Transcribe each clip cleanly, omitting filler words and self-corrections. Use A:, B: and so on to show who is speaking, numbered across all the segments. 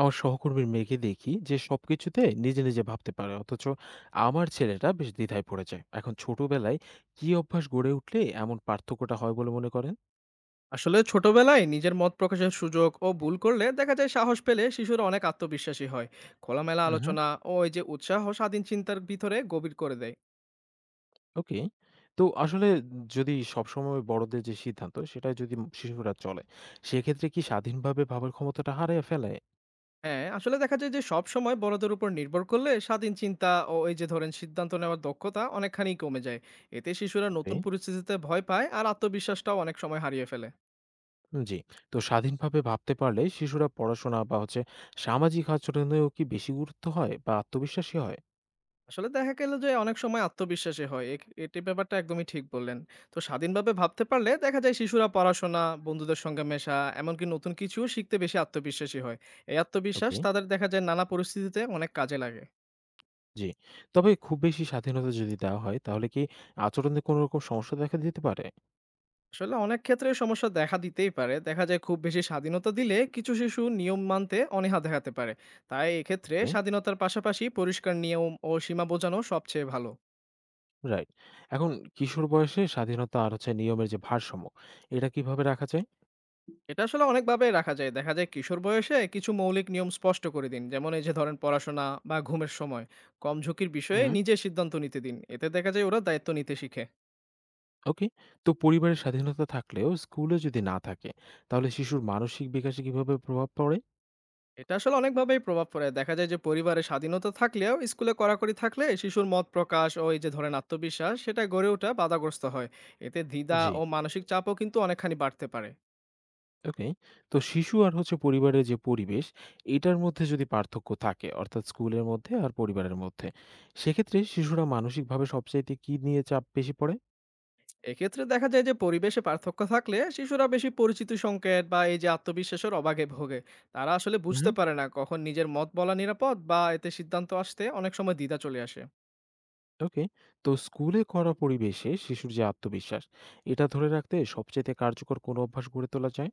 A: আমার সহকর্মীর মেয়েকে দেখি যে সবকিছুতে নিজে নিজে ভাবতে পারে, অথচ আমার ছেলেটা বেশ দ্বিধায় পড়ে যায়। এখন ছোটবেলায় কি অভ্যাস গড়ে উঠলে এমন পার্থক্যটা হয় বলে মনে করেন?
B: আসলে ছোটবেলায় নিজের মত প্রকাশের সুযোগ ও ভুল করলে দেখা যায় সাহস পেলে শিশুরা অনেক আত্মবিশ্বাসী হয়। খোলামেলা
A: হুম।
B: আলোচনা ও এই যে উৎসাহ স্বাধীন চিন্তার ভিতরে গভীর করে দেয়।
A: ওকে। তো আসলে যদি সবসময় বড়দের যে সিদ্ধান্ত সেটা যদি শিশুরা চলে, সেক্ষেত্রে কি স্বাধীনভাবে ভাবার ক্ষমতাটা হারিয়ে ফেলে?
B: হ্যাঁ, আসলে দেখা যায় যে সব সময় বড়দের উপর নির্ভর করলে স্বাধীন চিন্তা ও এই যে ধরেন সিদ্ধান্ত নেওয়ার দক্ষতা অনেকখানি কমে যায়। এতে শিশুরা
A: ওকে।
B: নতুন পরিস্থিতিতে ভয় পায় আর আত্মবিশ্বাসটাও অনেক সময় হারিয়ে ফেলে।
A: জি। তো স্বাধীনভাবে ভাবতে পারলে শিশুরা পড়াশোনা বা হচ্ছে সামাজিক আচরণেও কি বেশি গুরুত্ব হয় বা আত্মবিশ্বাসী হয়?
B: আসলে দেখা গেল যে অনেক সময় আত্মবিশ্বাসী হয়। এটি ব্যাপারটা একদমই ঠিক বললেন। তো স্বাধীনভাবে ভাবতে পারলে দেখা যায় শিশুরা পড়াশোনা, বন্ধুদের সঙ্গে মেশা, এমনকি নতুন কিছুও শিখতে বেশি আত্মবিশ্বাসী হয়। এই আত্মবিশ্বাস
A: ওকে।
B: তাদের দেখা যায় নানা পরিস্থিতিতে অনেক কাজে লাগে।
A: জি। তবে খুব বেশি স্বাধীনতা যদি দেওয়া হয়, তাহলে কি আচরণে কোনো রকম সমস্যা দেখা দিতে পারে?
B: আসলে অনেক ক্ষেত্রে সমস্যা দেখা দিতেই পারে। দেখা যায় খুব বেশি স্বাধীনতা দিলে কিছু শিশু নিয়ম মানতে অনীহা দেখাতে পারে। তাই এক্ষেত্রে
A: ওকে।
B: স্বাধীনতার পাশাপাশি পরিষ্কার নিয়ম ও সীমা বোঝানো সবচেয়ে ভালো।
A: রাইট। এখন কিশোর বয়সে স্বাধীনতা আর হচ্ছে নিয়মের যে ভারসাম্য, এটা কিভাবে রাখা যায়?
B: এটা আসলে অনেকভাবে রাখা যায়। দেখা যায় কিশোর বয়সে কিছু মৌলিক নিয়ম স্পষ্ট করে দিন। যেমন এই যে ধরেন পড়াশোনা বা ঘুমের সময় কম ঝুঁকির বিষয়ে
A: হুম।
B: নিজে সিদ্ধান্ত নিতে দিন। এতে দেখা যায় ওরা দায়িত্ব নিতে শিখে।
A: ওকে। তো পরিবারের স্বাধীনতা থাকলেও স্কুলে যদি না থাকে, তাহলে শিশুর মানসিক বিকাশে কিভাবে প্রভাব পড়ে?
B: এটা আসলে অনেকভাবেই প্রভাব পড়ে। দেখা যায় যে পরিবারে স্বাধীনতা থাকলেও স্কুলে কড়াকড়ি থাকলে শিশুর মত প্রকাশ ও এই যে ধরেন আত্মবিশ্বাস সেটা গড়ে ওঠা বাধাগ্রস্ত হয়। এতে দ্বিধা
A: জি,
B: ও মানসিক চাপও কিন্তু অনেকখানি বাড়তে পারে।
A: ওকে। তো শিশু আর হচ্ছে পরিবারের যে পরিবেশ, এটার মধ্যে যদি পার্থক্য থাকে, অর্থাৎ স্কুলের মধ্যে আর পরিবারের মধ্যে, সেক্ষেত্রে শিশুরা মানসিকভাবে সবচাইতে কি নিয়ে চাপ বেশি পড়ে?
B: এক্ষেত্রে দেখা যায় যে পরিবেশে পার্থক্য থাকলে শিশুরা বেশি পরিচিতি সংকেত বা এই যে আত্মবিশ্বাসের অভাগে ভোগে। তারা আসলে বুঝতে পারে না কখন নিজের মত বলা নিরাপদ, বা এতে সিদ্ধান্ত আসতে অনেক সময় দ্বিধা চলে আসে।
A: ওকে। তো স্কুলে করা পরিবেশে শিশুর যে আত্মবিশ্বাস, এটা ধরে রাখতে সবচেয়ে কার্যকর কোন অভ্যাস গড়ে তোলা যায়?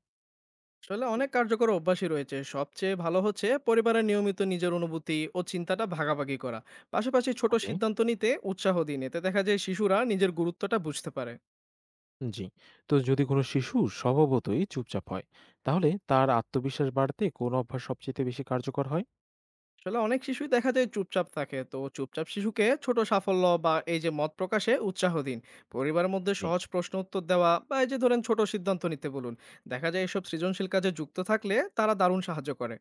B: আসলে অনেক কার্যকর অভ্যাসই রয়েছে। সবচেয়ে ভালো হচ্ছে পরিবারের নিয়মিত নিজের অনুভূতি ও চিন্তাটা ভাগাভাগি করা। পাশাপাশি ছোট
A: ওকে।
B: সিদ্ধান্ত নিতে উৎসাহ দিন, এতে দেখা যায় শিশুরা নিজের গুরুত্বটা বুঝতে পারে।
A: জি। তো যদি কোনো শিশু স্বভাবতই চুপচাপ হয়, তাহলে তার আত্মবিশ্বাস বাড়তে কোন অভ্যাস সবচেয়ে বেশি কার্যকর হয়?
B: আসলে অনেক শিশুই দেখা যায় চুপচাপ থাকে। তো চুপচাপ শিশুকে ছোট সাফল্য বা এই যে মত প্রকাশে উৎসাহ দিন। পরিবারের মধ্যে
A: জি।
B: সহজ প্রশ্ন উত্তর দেওয়া বা এই যে ধরেন ছোট সিদ্ধান্ত নিতে বলুন। দেখা যায় এসব সৃজনশীল কাজে যুক্ত থাকলে তারা দারুণ সাহায্য করে।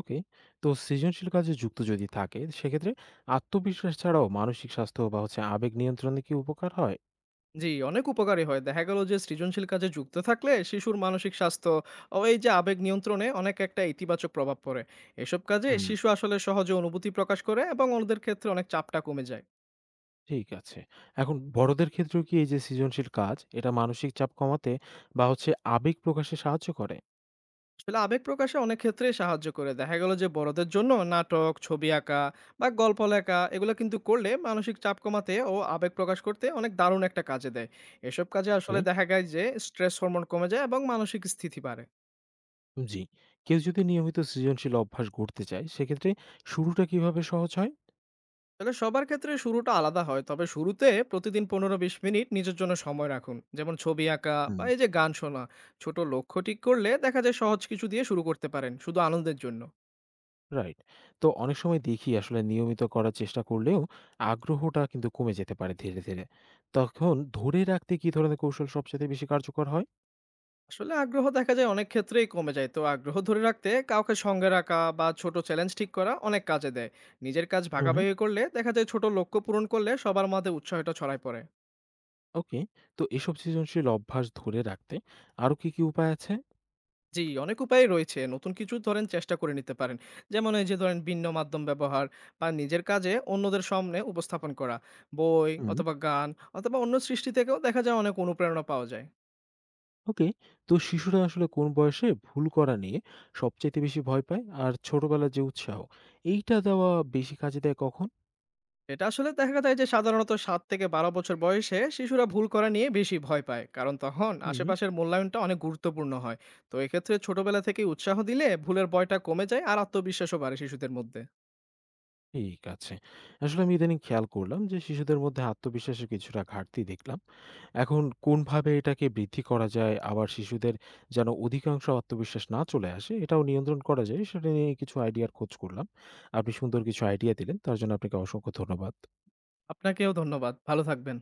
A: ওকে। তো সৃজনশীল কাজে যুক্ত যদি থাকে, সেক্ষেত্রে আত্মবিশ্বাস ছাড়াও মানসিক স্বাস্থ্য বা হচ্ছে আবেগ নিয়ন্ত্রণে কি উপকার হয়?
B: জি, অনেক উপকারী হয়। দেখা গেল যে সৃজনশীল কাজে যুক্ত থাকলে শিশুর মানসিক স্বাস্থ্য ও এই যে আবেগ নিয়ন্ত্রণে অনেক একটা ইতিবাচক প্রভাব পড়ে। এসব কাজে
A: হুম।
B: শিশু আসলে সহজে অনুভূতি প্রকাশ করে এবং ওদের ক্ষেত্রে অনেক চাপটা কমে যায়।
A: ঠিক আছে। এখন বড়দের ক্ষেত্রেও কি এই যে সৃজনশীল কাজ, এটা মানসিক চাপ কমাতে বা হচ্ছে আবেগ প্রকাশে সাহায্য করে?
B: আসলে আবেগ প্রকাশে অনেক ক্ষেত্রেই সাহায্য করে। দেখা গেল যে বড়দের জন্য নাটক, ছবি আঁকা বা গল্প লেখা এগুলো কিন্তু করলে মানসিক চাপ কমাতে ও আবেগ প্রকাশ করতে অনেক দারুণ একটা কাজে দেয়। এসব কাজে আসলে
A: ওকে।
B: দেখা যায় যে স্ট্রেস হরমোন কমে যায় এবং মানসিক স্থিতি বাড়ে।
A: জি। কেউ যদি নিয়মিত সৃজনশীল অভ্যাস গড়তে চায়, সেক্ষেত্রে শুরুটা কিভাবে সহজ হয়?
B: তাহলে সবার ক্ষেত্রে শুরুটা আলাদা হয়। তবে শুরুতে প্রতিদিন ১৫-২০ মিনিট নিজের জন্য সময় রাখুন, যেমন ছবি আঁকা বা
A: হুম।
B: এই যে গান শোনা। ছোট লক্ষ্য ঠিক করলে দেখা যায় সহজ কিছু দিয়ে শুরু করতে পারেন শুধু আনন্দের জন্য।
A: রাইট। তো অনেক সময় দেখি আসলে নিয়মিত করার চেষ্টা করলেও আগ্রহটা কিন্তু কমে যেতে পারে ধীরে, ধীরে। তখন ধরে রাখতে কি ধরনের কৌশল সবচাইতে বেশি কার্যকর হয়?
B: আসলে আগ্রহ দেখা যায় অনেক ক্ষেত্রেই কমে যায়। তো আগ্রহ ধরে রাখতে কাউকে সঙ্গে রাখা বা ছোট চ্যালেঞ্জ ঠিক করা অনেক কাজে দেয়। নিজের কাজ
A: হুম, হুম।
B: ভাগাভাগি করলে দেখা যায় ছোট লক্ষ্য পূরণ করলে সবার মধ্যে উৎসাহটা ছড়ায় পড়ে।
A: ওকে। তো এসব সৃজনশীল অভ্যাস ধরে রাখতে আরো কি, কি উপায় আছে?
B: জি, অনেক উপায় রয়েছে। নতুন কিছু ধরেন চেষ্টা করে নিতে পারেন, যেমন এই যে ধরেন ভিন্ন মাধ্যম ব্যবহার, বা নিজের কাজে অন্যদের সামনে উপস্থাপন করা। বই
A: হুম।
B: অথবা গান অথবা অন্য সৃষ্টি থেকেও দেখা যায় অনেক অনুপ্রেরণা পাওয়া যায়।
A: ওকে। তো শিশুরা আসলে কোন বয়সে ভুল করা নিয়ে সবচাইতে বেশি ভয় পায়? আর ছোটবেলার যে উৎসাহ, এইটা দেওয়া বেশি কাজে দেয় কখন?
B: এটা আসলে দেখা যায় যে সাধারণত ৭ থেকে ১২ বছর বয়সে শিশুরা ভুল করা নিয়ে বেশি ভয় পায়। কারণ তখন
A: হুম।
B: আশেপাশের মূল্যায়নটা অনেক গুরুত্বপূর্ণ হয়। তো এক্ষেত্রে ছোটবেলা থেকেই উৎসাহ দিলে ভুলের ভয়টা কমে যায় আর আত্মবিশ্বাসও বাড়ে শিশুদের মধ্যে।
A: ঠিক আছে। আসলে আমি ইদানিং খেয়াল করলাম যে শিশুদের মধ্যে আত্মবিশ্বাসের কিছুটা ঘাটতি দেখলাম। এখন কোনভাবে এটাকে বৃদ্ধি করা যায়, আবার শিশুদের যেন অধিকাংশ আত্মবিশ্বাস না চলে আসে এটাও নিয়ন্ত্রণ করা যায় সেটা নিয়ে কিছু আইডিয়ার খোঁজ করলাম। আপনি সুন্দর কিছু আইডিয়া দিলেন, তার জন্য আপনাকে অসংখ্য ধন্যবাদ।
B: আপনাকেও ধন্যবাদ। ভালো থাকবেন।